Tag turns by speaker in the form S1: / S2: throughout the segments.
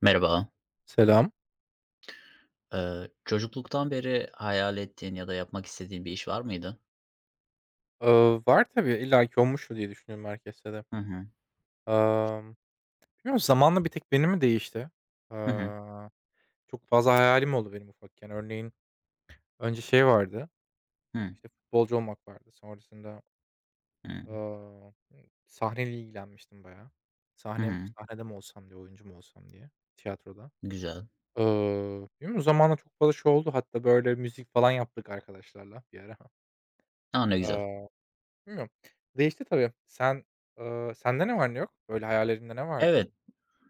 S1: Merhaba.
S2: Selam.
S1: Çocukluktan beri hayal ettiğin ya da yapmak istediğin bir iş var mıydı?
S2: Var tabii, illaki olmuştur diye düşünüyorum herkeste de.
S1: Hı hı.
S2: Emm, bilmiyorum zamanla bir tek benim mi değişti?
S1: Hı hı.
S2: Eee, çok fazla hayalim oldu benim ufakken. Örneğin önce şey vardı,
S1: Hı hı.
S2: işte, futbolcu olmak vardı. Sonrasında, aaa, sahneyle ilgilenmiştim bayağı.
S1: Hı
S2: Sahne
S1: hı.
S2: sahnede mi olsam diye, oyuncu mu olsam diye tiyatroda.
S1: Güzel.
S2: Bilmiyorum zamanla çok fazla şey oldu. Hatta, böyle, müzik falan yaptık arkadaşlarla bir ara.
S1: A, ne güzel.
S2: Bilmiyorum. Değişti tabii. Sende ne var ne yok? Böyle hayallerinde ne vardı?
S1: Evet,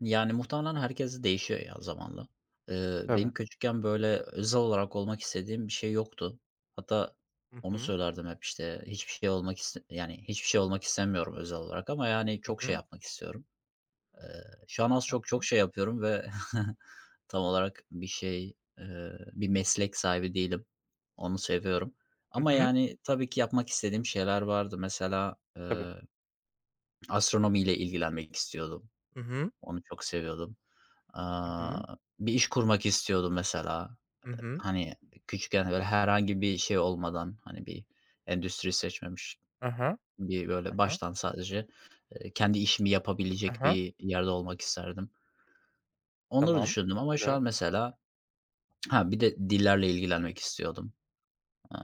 S1: yani muhtemelen herkes değişiyor ya zamanla. Benim
S2: Tabii.
S1: küçükken böyle özel olarak olmak istediğim bir şey yoktu. Hatta
S2: Hı
S1: onu
S2: hı.
S1: söylerdim hep, işte, hiçbir şey olmak iste yani hiçbir şey olmak istemiyorum özel olarak ama yani
S2: Hı
S1: çok şey
S2: hı.
S1: yapmak istiyorum. Şu an az
S2: Hı
S1: çok çok
S2: hı.
S1: şey yapıyorum ve tam olarak bir şey, bir meslek sahibi değilim. Onu seviyorum. Ama
S2: Hı.
S1: yani tabii ki yapmak istediğim şeyler vardı. Mesela,
S2: Tabii.
S1: astronomiyle ilgilenmek istiyordum.
S2: Hı hı.
S1: Onu çok seviyordum.
S2: Hı hı.
S1: Bir iş kurmak istiyordum mesela.
S2: Hı hı.
S1: Hani, küçükken böyle herhangi bir şey olmadan, hani, bir endüstri seçmemiş,
S2: Hı hı.
S1: bir böyle
S2: Hı.
S1: baştan sadece, kendi işimi yapabilecek bir yerde olmak isterdim. Onları
S2: Tamam.
S1: düşündüm ama şu
S2: Güzel.
S1: an mesela. Ha, bir de dillerle ilgilenmek istiyordum. Eee,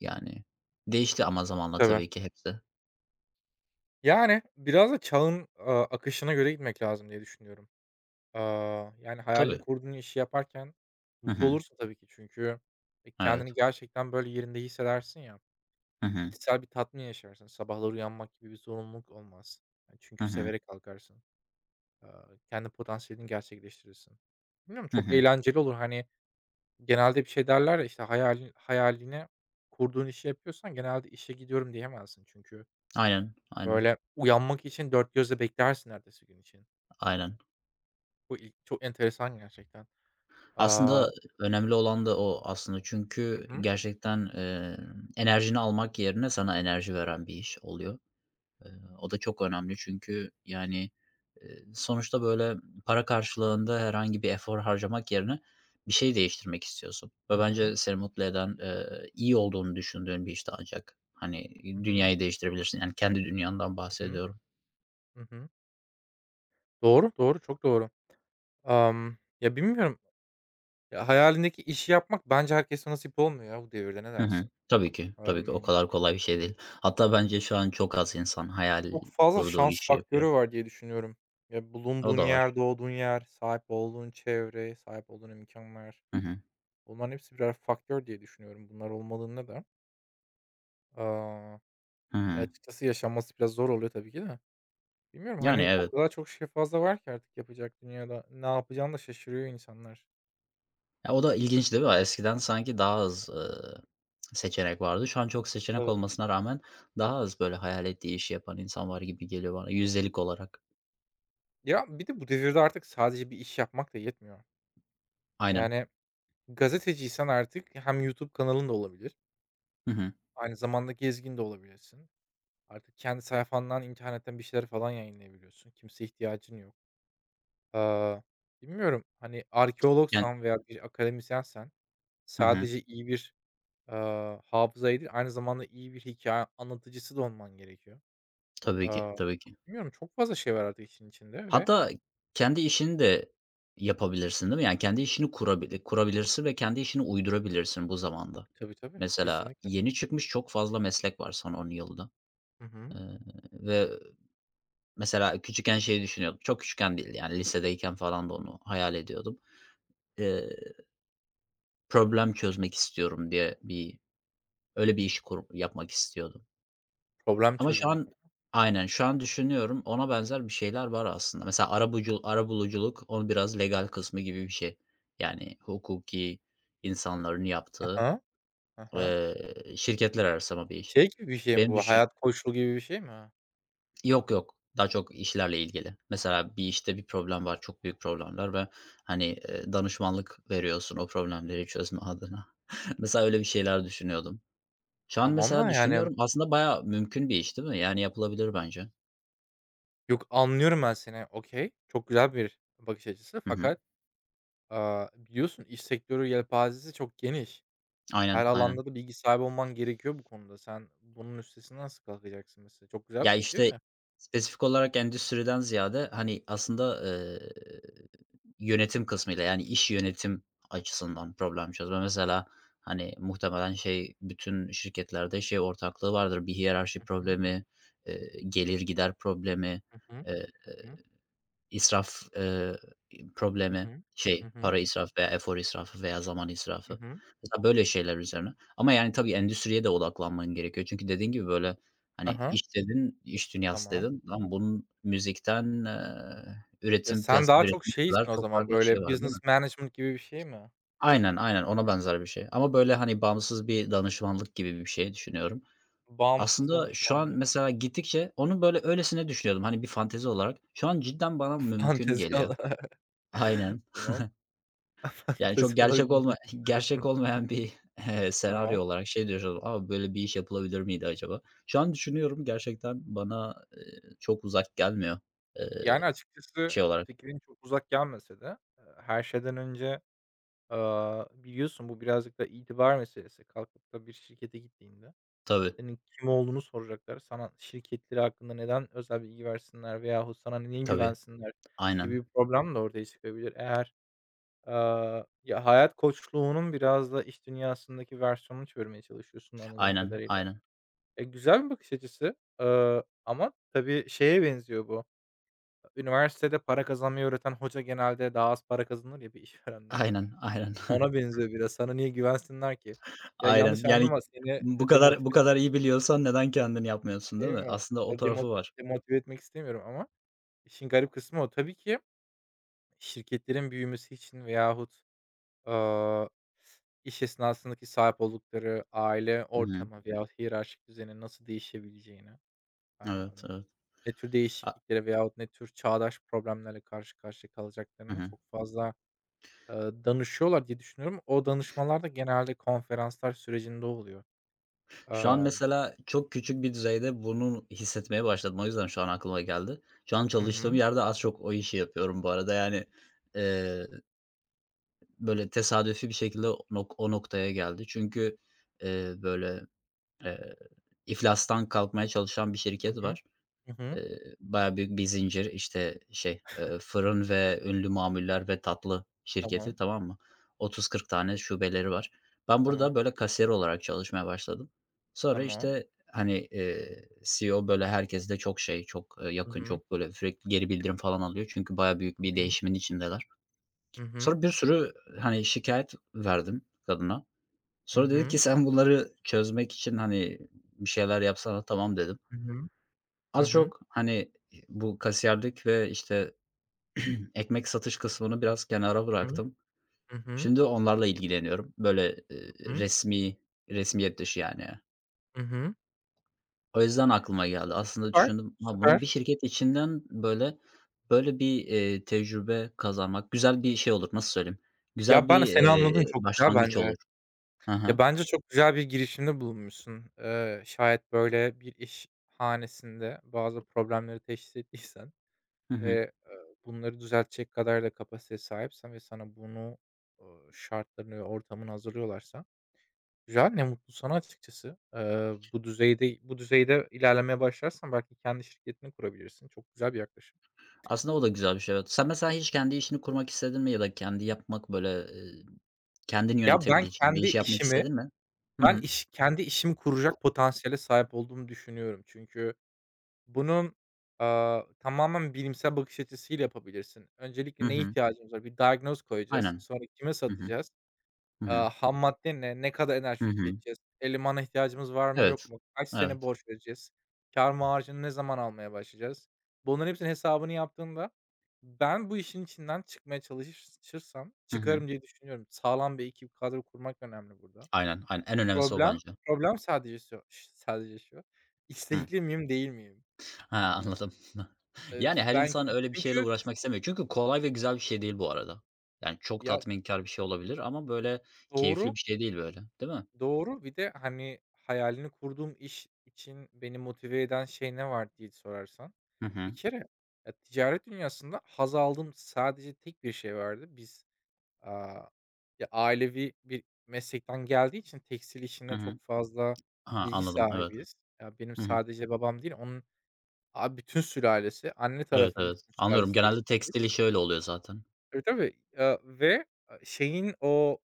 S1: Yani değişti ama zamanla
S2: Tabii.
S1: tabii ki hepsi.
S2: Yani, biraz da çağın, akışına göre gitmek lazım diye düşünüyorum. Yani hayalini
S1: Tabii.
S2: kurduğun işi yaparken
S1: Hı
S2: mutlu
S1: hı.
S2: olursun tabii ki çünkü,
S1: Evet.
S2: kendini gerçekten böyle yerinde hissedersin ya,
S1: Hı hı.
S2: içsel bir tatmin yaşarsın. Sabahları uyanmak gibi bir zorunluluk olmaz. Yani
S1: Hı
S2: çünkü
S1: hı.
S2: severek kalkarsın. Kendi potansiyelini gerçekleştirirsin. Bilmiyorum,
S1: Hı
S2: çok
S1: hı.
S2: eğlenceli olur. Hani, genelde bir şey derler ya, işte, hayaline kurduğun işi yapıyorsan genelde işe gidiyorum diyemezsin. Çünkü,
S1: Aynen, aynen,
S2: böyle, uyanmak için dört gözle beklersin ertesi gün için.
S1: aynen.
S2: Bu il çok enteresan gerçekten. Aaa
S1: Aslında önemli olan da o aslında
S2: Hı
S1: çünkü
S2: hı.
S1: gerçekten, enerjini almak yerine sana enerji veren bir iş oluyor. Eee, O da çok önemli çünkü, yani, sonuçta, böyle, para karşılığında herhangi bir efor harcamak yerine bir şey değiştirmek istiyorsun
S2: Hı
S1: ve
S2: hı.
S1: bence seni mutlu eden, iyi olduğunu düşündüğün bir işte ancak, hani,
S2: Hı hı.
S1: dünyayı değiştirebilirsin. Yani kendi dünyandan
S2: Hı hı.
S1: bahsediyorum.
S2: Doğru, doğru, çok doğru. Ya, bilmiyorum, ya, hayalindeki işi yapmak bence herkeste nasip olmuyor ya bu devirde. Ne
S1: Hı hı.
S2: dersin?
S1: Tabii ki, tabii ki o
S2: Emm
S1: kadar kolay bir şey değil. Hatta bence şu an çok az insan hayal
S2: Çok fazla
S1: kurduğu
S2: şans
S1: işi yapıyor.
S2: faktörü var diye düşünüyorum. Ya,
S1: O
S2: bulunduğun
S1: da var.
S2: yer, doğduğun yer, sahip olduğun çevre, sahip olduğun imkanlar,
S1: Hı hı.
S2: bunların hepsi birer faktör diye düşünüyorum. Bunlar olmadığında da, aaa,
S1: Hı
S2: ya,
S1: hı.
S2: açıkçası yaşanması biraz zor oluyor tabii ki de. Bilmiyorum,
S1: Yani
S2: hani, o
S1: evet.
S2: kadar çok şey fazla var ki artık yapacak dünyada. Ne yapacağını da şaşırıyor insanlar.
S1: Ya, o da ilginç değil mi? Eskiden sanki daha az, seçenek vardı. Şu an çok seçenek
S2: Evet.
S1: olmasına rağmen daha az böyle hayal ettiği işi yapan insan var gibi geliyor bana yüzdelik olarak.
S2: Ya, bir de bu devirde artık sadece bir iş yapmak da yetmiyor.
S1: Aynen.
S2: Yani gazeteciysen artık hem YouTube kanalın da olabilir,
S1: Hı hı.
S2: aynı zamanda gezgin de olabilirsin. Artık kendi sayfandan, internetten bir şeyler falan yayınlayabiliyorsun. Kimseye ihtiyacın yok. Aaa, Bilmiyorum, hani,
S1: Yani.
S2: arkeologsan veya bir akademisyensen
S1: Hı hı.
S2: sadece iyi bir, hafızayı değil, aynı zamanda iyi bir hikaye anlatıcısı da olman gerekiyor.
S1: Tabii ki,
S2: Aaa,
S1: tabii ki.
S2: Bilmiyorum, çok fazla şey var artık işin içinde ve.
S1: Hatta kendi işini de yapabilirsin, değil mi? Yani kendi işini kurabilirsin ve kendi işini uydurabilirsin bu zamanda.
S2: Tabii, tabii,
S1: Mesela
S2: kesinlikle.
S1: yeni çıkmış çok fazla meslek var son 10 yılda.
S2: Hı hı.
S1: Iıı, ve mesela küçükken şeyi düşünüyordum. Çok küçükken değil, yani lisedeyken falan da onu hayal ediyordum. Eee, Problem çözmek istiyorum diye bir öyle bir iş yapmak istiyordum.
S2: Problem
S1: Ama şu
S2: çözmek.
S1: an.
S2: Hı.
S1: Aynen, şu an düşünüyorum, ona benzer bir şeyler var aslında. Mesela arabuluculuk, onun biraz legal kısmı gibi bir şey. Yani hukuki insanların yaptığı,
S2: Aha. Hı.
S1: şirketler arası ama bir iş.
S2: Şey gibi bir şey mi
S1: Benim
S2: bu?
S1: düşün.
S2: Hayat koçluğu gibi bir şey mi?
S1: Yok, yok, daha çok işlerle ilgili. Mesela bir işte bir problem var, çok büyük problemler ve, hani, danışmanlık veriyorsun o problemleri çözme adına. Mesela öyle bir şeyler düşünüyordum. Şu an
S2: Tamam
S1: mesela
S2: da, yani,
S1: düşünüyorum, aslında bayağı mümkün bir iş değil mi? Yani yapılabilir bence.
S2: yok, anlıyorum ben seni. Okay, çok güzel bir bakış açısı
S1: Hı hı.
S2: fakat biliyorsun iş sektörü yelpazesi çok geniş. Her
S1: Aynen, aynen.
S2: alanda da bilgi sahibi olman gerekiyor bu konuda. Sen bunun üstesinden nasıl kalkacaksın mesela? Çok güzel bir
S1: Ya,
S2: fikir
S1: işte,
S2: de.
S1: spesifik olarak endüstriden ziyade, hani, aslında, yönetim kısmıyla, yani, iş yönetim açısından problem çözme. Mesela, hani, muhtemelen şey, bütün şirketlerde şey ortaklığı vardır, bir hiyerarşi
S2: Hı hı.
S1: problemi, gelir gider problemi,
S2: Hı hı. Hı hı.
S1: İsraf,
S2: Hı
S1: problemi,
S2: hı.
S1: şey,
S2: Hı hı.
S1: para israfı veya efor israfı veya zaman
S2: Hı
S1: israfı.
S2: hı.
S1: Mesela böyle şeyler üzerine ama, yani, tabii endüstriye de odaklanman gerekiyor. Çünkü dediğin gibi, böyle,
S2: Hı
S1: hani,
S2: hı.
S1: iş dedin, iş dünyası
S2: Tamam.
S1: dedin. Lan bunun müzikten,
S2: Ya,
S1: üretim,
S2: sen
S1: plastik
S2: daha çok
S1: üretimine kadar
S2: şeysin o
S1: çok
S2: zaman,
S1: farklı şey
S2: böyle,
S1: var, değil mi?
S2: business management gibi bir şey mi?
S1: Aynen, aynen ona benzer bir şey ama, böyle, hani, bağımsız bir danışmanlık gibi bir şey düşünüyorum.
S2: Bağımsız
S1: Aslında şu an
S2: danışmanlık.
S1: mesela gittikçe onu, böyle, öylesine düşünüyordum, hani, bir fantezi olarak. Şu an cidden bana mümkün
S2: Fantezi
S1: geliyor.
S2: olarak.
S1: Aynen.
S2: Tamam.
S1: Yani
S2: Fantezi
S1: çok
S2: olarak
S1: gerçek
S2: bir
S1: olma
S2: business
S1: gerçek
S2: management.
S1: olmayan bir,
S2: Tamam.
S1: senaryo olarak şey diyoruz. "A, böyle bir iş yapılabilir miydi acaba?" Şu an düşünüyorum gerçekten bana, çok uzak gelmiyor. Eee,
S2: Yani, açıkçası
S1: Şey olarak.
S2: fikrin çok uzak gelmese de, her şeyden önce biliyorsun bu birazcık da itibar meselesi. Kalkıp da bir şirkete gittiğinde
S1: Tabii,
S2: senin kim olduğunu soracaklar. Sana şirketleri hakkında neden özel bilgi versinler veyahut sana niye
S1: tabii.
S2: güvensinler gibi
S1: Aynen,
S2: bir problem de ortaya çıkabilir. Eğer, ya, hayat koçluğunun biraz da iş dünyasındaki versiyonunu çevirmeye çalışıyorsun anladığım
S1: aynen,
S2: kadarıyla.
S1: aynen,
S2: Güzel bir bakış açısı, ama tabii şeye benziyor bu, üniversitede para kazanmayı öğreten hoca genelde daha az para kazanır ya bir işverenden.
S1: aynen, aynen,
S2: Ona benziyor biraz. Sana niye güvensinler ki? Ya,
S1: aynen.
S2: yanlış
S1: Yani
S2: anlama, seni,
S1: bu kadar bu
S2: demotive
S1: kadar iyi biliyorsan neden kendini yapmıyorsun, değil
S2: değil
S1: mi?
S2: mi?
S1: Aslında o
S2: Ya, demo
S1: tarafı var.
S2: demotive etmek istemiyorum ama işin garip kısmı o. Tabii ki şirketlerin büyümesi için veyahut, aaa, iş esnasındaki sahip oldukları aile
S1: Hı hı.
S2: ortamı veyahut hiyerarşik düzenin nasıl değişebileceğini, aaa,
S1: Evet, evet.
S2: ne tür
S1: A.
S2: değişikliklere veyahut ne tür çağdaş problemlerle karşı karşıya
S1: Hı
S2: kalacaklarını
S1: hı.
S2: çok fazla, eee, danışıyorlar diye düşünüyorum. O danışmalar da genelde konferanslar sürecinde oluyor.
S1: Şu an
S2: Amm,
S1: mesela çok küçük bir düzeyde bunu hissetmeye başladım. O yüzden şu an aklıma geldi. Şu an
S2: hı
S1: çalıştığım
S2: hı,
S1: yerde az çok o işi yapıyorum bu arada. Yani, eee, böyle tesadüfi bir şekilde o noktaya geldi. Çünkü, böyle, eee, iflastan kalkmaya çalışan bir
S2: hı
S1: şirket
S2: hı,
S1: var.
S2: hı hı.
S1: Bayağı büyük bir zincir, işte, şey, fırın ve ünlü mamuller ve tatlı şirketi,
S2: Tamam,
S1: tamam mı? 30-40 tane şubeleri var. Ben burada
S2: tamam,
S1: böyle kasiyer olarak çalışmaya başladım. Sonra,
S2: tamam.
S1: işte, hani, CEO böyle herkesle çok şey, çok,
S2: Hı
S1: yakın,
S2: hı,
S1: çok böyle sürekli geri bildirim falan alıyor. Çünkü bayağı büyük
S2: hı
S1: bir
S2: hı,
S1: değişimin içindeler.
S2: hı hı,
S1: Sonra bir sürü, hani, şikayet verdim kadına.
S2: hı
S1: Sonra dedi
S2: hı,
S1: ki, "Sen bunları çözmek için, hani, bir şeyler yapsana." "Tamam." dedim.
S2: hı hı, hı
S1: Az
S2: hı,
S1: çok, hani, bu kasiyerlik ve, işte, ekmek satış kısmını biraz kenara
S2: hı
S1: bıraktım.
S2: hı, hı
S1: Şimdi onlarla ilgileniyorum. Böyle,
S2: hı,
S1: resmiyet dışı yani.
S2: hı hı.
S1: O yüzden aklıma geldi. Aslında
S2: Süper,
S1: düşündüm, ha, bunu
S2: süper.
S1: bir şirket içinden, böyle bir, tecrübe kazanmak güzel bir şey olur. Nasıl söyleyeyim? Güzel
S2: Ya, ben
S1: bir,
S2: seni anladım, çok güzel
S1: başlangıç
S2: bence.
S1: olur. Hı
S2: Ya,
S1: hı.
S2: bence çok güzel bir girişimde bulunmuşsun. Şayet böyle bir iş hanesinde bazı problemleri teşhis ettiysen
S1: Hı hı.
S2: ve, bunları düzeltecek kadar da kapasiteye sahipsen ve sana bunu, eee, şartlarını ve ortamını hazırlıyorlarsa. Güzel, ne mutlu sana açıkçası. Bu düzeyde ilerlemeye başlarsan belki kendi şirketini kurabilirsin. Çok güzel bir yaklaşım.
S1: Aslında o da güzel bir şey, evet. Sen mesela hiç kendi işini kurmak istedin mi ya da kendi yapmak, böyle, kendini
S2: Ya, ben
S1: yönetebileceğin bir
S2: kendi
S1: iş yapmak
S2: işimi
S1: istedin mi? Hı
S2: ben
S1: hı.
S2: iş kendi işimi kuracak potansiyele sahip olduğumu düşünüyorum. Çünkü bunun, tamamen bilimsel bakış açısıyla yapabilirsin. Öncelikle
S1: Hı
S2: neye
S1: hı.
S2: ihtiyacımız var? Bir diagnoz koyacağız.
S1: Aynen.
S2: Sonra kime
S1: Hı hı.
S2: satacağız?
S1: Hı hı.
S2: Ham madde ne? Ne kadar
S1: Hı
S2: enerji
S1: hı.
S2: tüketeceğiz? Elemana ihtiyacımız var mı,
S1: Evet.
S2: yok mu? Kaç sene
S1: Evet.
S2: borç vereceğiz? Kâr marjını ne zaman almaya başlayacağız? Bunların hepsinin hesabını yaptığında ben bu işin içinden çıkmaya çalışırsam
S1: Hı hı.
S2: çıkarım diye düşünüyorum. Sağlam bir ekip, kadro kurmak önemli burada.
S1: Aynen, aynen. En önemlisi o
S2: Problem
S1: bence.
S2: problem sadece şu,
S1: Hıı.
S2: istekli miyim, değil miyim?
S1: Ha, anladım. Yani,
S2: Ş
S1: her
S2: ben
S1: insan öyle bir şeyle
S2: çünkü
S1: uğraşmak istemiyor. Çünkü kolay ve güzel bir şey değil bu arada. Yani, çok
S2: ya
S1: tatminkar bir şey olabilir ama, böyle, keyifli
S2: doğru.
S1: bir şey değil, böyle, değil mi?
S2: Doğru. Bir de, hani, hayalini kurduğum iş için beni motive eden şey ne var diye sorarsan,
S1: Hı
S2: bir
S1: hı.
S2: kere, ya, ticaret dünyasında haz aldığım sadece tek bir şey vardı. Biz, aaa, ya, ailevi bir meslekten geldiği için tekstil
S1: Hı
S2: işinde
S1: hı.
S2: çok fazla
S1: Ha,
S2: bilgi
S1: anladım, evet.
S2: sahibiyiz. Ya, benim
S1: Hı hı.
S2: sadece babam değil, onun, bütün sülalesi, anne
S1: Evet,
S2: tarafının
S1: evet.
S2: bütün
S1: Anlıyorum.
S2: sülalesi
S1: Genelde
S2: tekstilci.
S1: tekstil işi öyle oluyor zaten.
S2: Tabii, tabii. Ve, şeyin o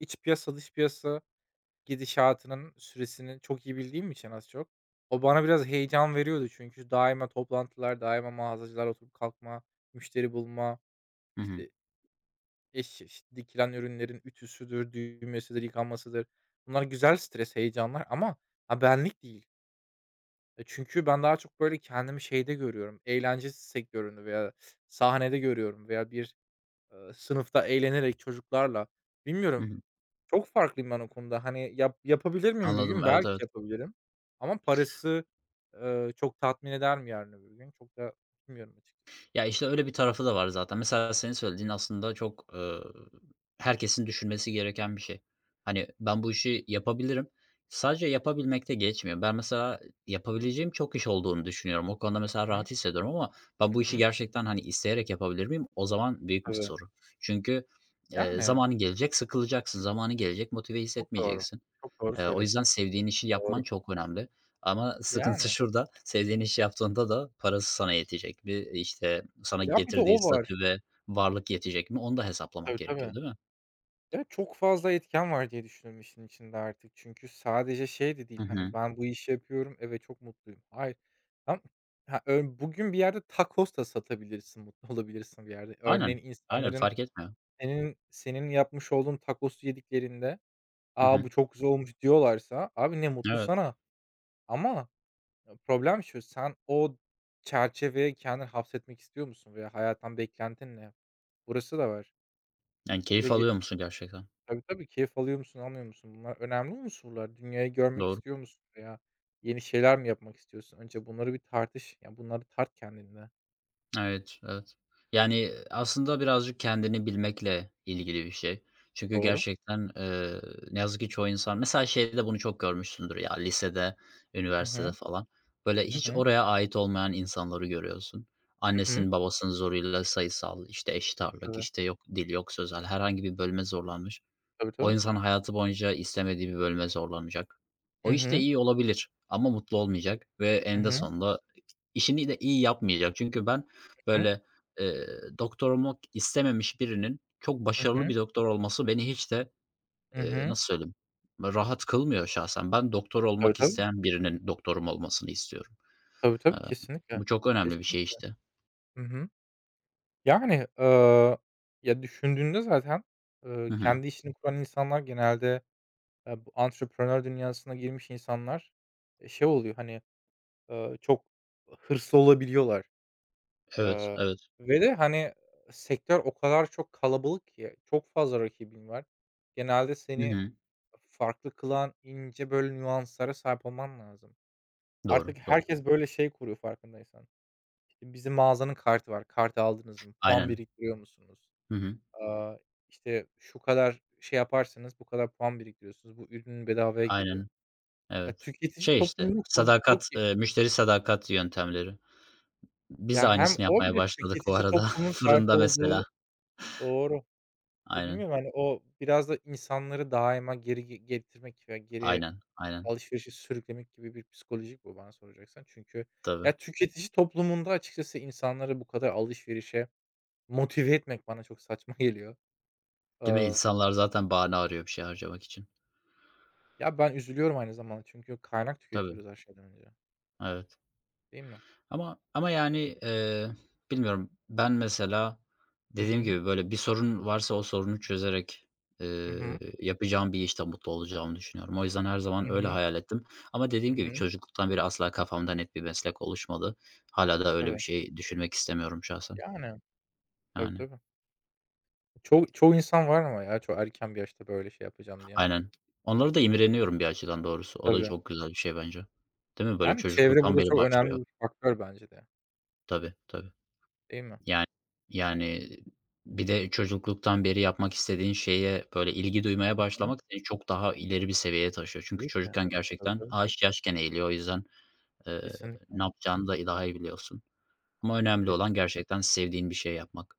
S2: iç piyasa, dış piyasa gidişatının süresini çok iyi bildiğim için az çok, o bana biraz heyecan veriyordu çünkü daima toplantılar, daima mağazacılar oturup kalkma, müşteri bulma,
S1: Hı hı.
S2: işte, iş dikilen ürünlerin ütüsüdür, düğmesidir, yıkanmasıdır. Bunlar güzel stres, heyecanlar ama, ha, benlik değil. Çünkü ben daha çok böyle kendimi şeyde görüyorum, eğlence sektöründe veya sahnede görüyorum veya bir, sınıfta eğlenerek çocuklarla,
S1: Hı
S2: bilmiyorum
S1: hı.
S2: çok farklıyım ben o konuda. Hani, yapabilir miyim bir
S1: Anladım.
S2: gün?
S1: Evet,
S2: Belki
S1: evet.
S2: yapabilirim. Ama parası, çok tatmin eder mi yarın öbür gün? Çok da bilmiyorum açıkçası.
S1: Ya, işte, öyle bir tarafı da var zaten. Mesela senin söylediğin aslında çok, herkesin düşünmesi gereken bir şey. Hani, ben bu işi yapabilirim. Sadece yapabilmekte geçmiyor. Ben mesela yapabileceğim çok iş olduğunu düşünüyorum. O konuda
S2: Hı
S1: mesela
S2: hı.
S1: rahat hissediyorum ama ben bu
S2: Hı
S1: işi
S2: hı.
S1: gerçekten, hani, isteyerek yapabilir miyim? O zaman büyük bir
S2: Tabii.
S1: soru. Çünkü,
S2: Yani,
S1: zamanı gelecek sıkılacaksın. Zamanı gelecek motive
S2: çok doğru.
S1: hissetmeyeceksin.
S2: Çok doğru
S1: O yüzden
S2: söylüyorsun.
S1: sevdiğin işi
S2: Doğru.
S1: yapman çok önemli ama sıkıntı
S2: Yani.
S1: şurada, sevdiğin işi yaptığında da parası sana yetecek mi? İşte, sana
S2: Ya, bir de
S1: getirdiği
S2: o var.
S1: statü ve varlık yetecek mi? Onu da hesaplamak
S2: Tabii,
S1: gerekiyor,
S2: tabii.
S1: değil mi?
S2: Ya, çok fazla etken var diye düşünüyorum işin içinde artık. Çünkü sadece şey de
S1: Hı
S2: değil, hani,
S1: hı.
S2: ben bu işi yapıyorum, evet, çok mutluyum. Hayır. Tam ha, ö bugün bir yerde tacos da satabilirsin, mutlu olabilirsin bir yerde. Örneğin
S1: Aynen, aynen
S2: insanların
S1: fark etmiyor.
S2: Senin senin yapmış olduğun tacosu yediklerinde,
S1: Hı
S2: "A,
S1: hı.
S2: bu çok güzel olmuş." diyorlarsa abi ne mutlu
S1: Evet,
S2: sana ama problem şu, sen o çerçeveye kendini hapsetmek istiyor musun veya hayattan beklentin ne? Burası da var.
S1: yani keyif
S2: Ve ye
S1: alıyor musun gerçekten?
S2: Tabii, tabii, keyif alıyor musun, almıyor musun? Bunlar önemli unsurlar. Dünyayı görmek
S1: Doğru.
S2: istiyor musun veya yeni şeyler mi yapmak istiyorsun? Önce bunları bir tartış. Ya, bunları tart kendinle.
S1: Evet, evet. Yani, aslında birazcık kendini bilmekle ilgili bir şey. Çünkü
S2: Doğru.
S1: gerçekten, ne yazık ki çoğu insan mesela şeyde bunu çok görmüşsündür ya, lisede,
S2: Hı
S1: üniversitede
S2: hı.
S1: falan. Böyle
S2: Hı
S1: hiç
S2: hı.
S1: oraya ait olmayan insanları görüyorsun.
S2: Hı hı.
S1: Annesinin babasının zoruyla sayısal, işte, eşit ağırlık,
S2: Tabii.
S1: işte, yok dil, yok sözel herhangi bir bölüme zorlanmış.
S2: Tabii,
S1: O
S2: tabii.
S1: insan hayatı boyunca istemediği bir bölüme zorlanacak.
S2: Hı
S1: O işte
S2: hı.
S1: iyi olabilir ama mutlu olmayacak ve
S2: Hı
S1: eninde
S2: hı.
S1: sonunda işini de iyi yapmayacak. Çünkü ben
S2: Hı hı.
S1: böyle, eee, doktor olmak istememiş birinin çok
S2: Hı
S1: başarılı
S2: hı.
S1: bir doktor olması beni hiç de,
S2: Hı hı.
S1: nasıl söyleyeyim, rahat kılmıyor şahsen. Ben doktor
S2: Tabii,
S1: olmak
S2: tabii.
S1: isteyen birinin doktorum olmasını istiyorum.
S2: Tabii,
S1: Eee,
S2: tabii, kesinlikle.
S1: Bu çok önemli bir
S2: Kesin
S1: şey işte.
S2: Hı hı. Yani, ya, düşündüğünde zaten,
S1: Hı hı.
S2: kendi işini kuran insanlar genelde, bu antrepreneur dünyasına girmiş insanlar, şey oluyor, hani, çok hırslı olabiliyorlar.
S1: Evet,
S2: Eee,
S1: evet.
S2: ve de, hani, sektör o kadar çok kalabalık ki çok fazla rakibin var. Genelde
S1: Hı
S2: seni
S1: hı.
S2: farklı kılan ince, böyle, nüanslara sahip olman lazım.
S1: Doğru,
S2: Artık
S1: doğru.
S2: herkes böyle şey kuruyor farkındaysan. Bizim mağazanın kartı var. Kartı aldınız mı? Puan
S1: Aynen.
S2: biriktiriyor musunuz?
S1: Hı hı.
S2: Aaa, işte, şu kadar şey yaparsanız bu kadar puan biriktiriyorsunuz. Bu ürün bedavaya geliyor.
S1: Aynen.
S2: Ya,
S1: Evet.
S2: tüketici
S1: Şey, işte,
S2: toplumunu kur çok
S1: sadakat,
S2: iyi.
S1: müşteri sadakat yöntemleri. Biz de
S2: Ya, hem
S1: aynısını
S2: o bir
S1: yapmaya
S2: de
S1: başladık bu
S2: tüketici
S1: arada
S2: toplumun sahip
S1: fırında mesela.
S2: olduğu. Doğru. Ya,
S1: Aynen,
S2: bilmiyorum, hani, o biraz da insanları daima geri getirmek ve geri
S1: aynen, aynen.
S2: alışverişe sürüklemek gibi bir psikolojik bu bana soracaksan. Çünkü
S1: Tabii.
S2: ya, tüketici toplumunda açıkçası insanları bu kadar alışverişe motive etmek bana çok saçma geliyor.
S1: Değil mi?
S2: Aaa
S1: İnsanlar zaten bahane arıyor bir şey harcamak için.
S2: Ya, ben üzülüyorum aynı zamanda çünkü kaynak
S1: Tabii,
S2: tüketiyoruz her şeyden önce,
S1: evet.
S2: değil mi?
S1: Ama, yani, bilmiyorum. Ben mesela
S2: Hı
S1: dediğim
S2: hı.
S1: gibi, böyle, bir sorun varsa o sorunu çözerek,
S2: Hı hı.
S1: yapacağım bir işte mutlu olacağımı düşünüyorum. O yüzden her
S2: Hı
S1: zaman öyle
S2: hı.
S1: hayal ettim. Ama
S2: Hı
S1: dediğim gibi
S2: hı.
S1: çocukluktan beri asla kafamda net bir meslek oluşmadı. Hala da öyle bir
S2: Tabii.
S1: şey düşünmek istemiyorum şahsen.
S2: Yani. Tabii,
S1: Yani,
S2: tabii. Çoğu insan var ama ya çok erken bir yaşta böyle şey yapacağım diyen.
S1: aynen. Onları da imreniyorum bir açıdan doğrusu. O da
S2: Tabii.
S1: çok güzel bir şey bence. Değil mi? Böyle
S2: Yani çevre
S1: çocukluktan
S2: burada
S1: beri
S2: çok
S1: başlıyor.
S2: önemli bir faktör bence de,
S1: Tabii, tabii.
S2: değil mi?
S1: Yani yani bir de çocukluktan beri yapmak istediğin şeye böyle ilgi duymaya
S2: Hı.
S1: başlamak seni çok daha ileri bir seviyeye taşıyor. Çünkü
S2: Tabii ki.
S1: çocukken
S2: Tabii,
S1: gerçekten
S2: tabii.
S1: ağaç yaşken eğiliyor. O yüzden, eee,
S2: Kesinlikle.
S1: ne yapacağını da daha iyi biliyorsun. Ama önemli olan gerçekten sevdiğin bir şey yapmak.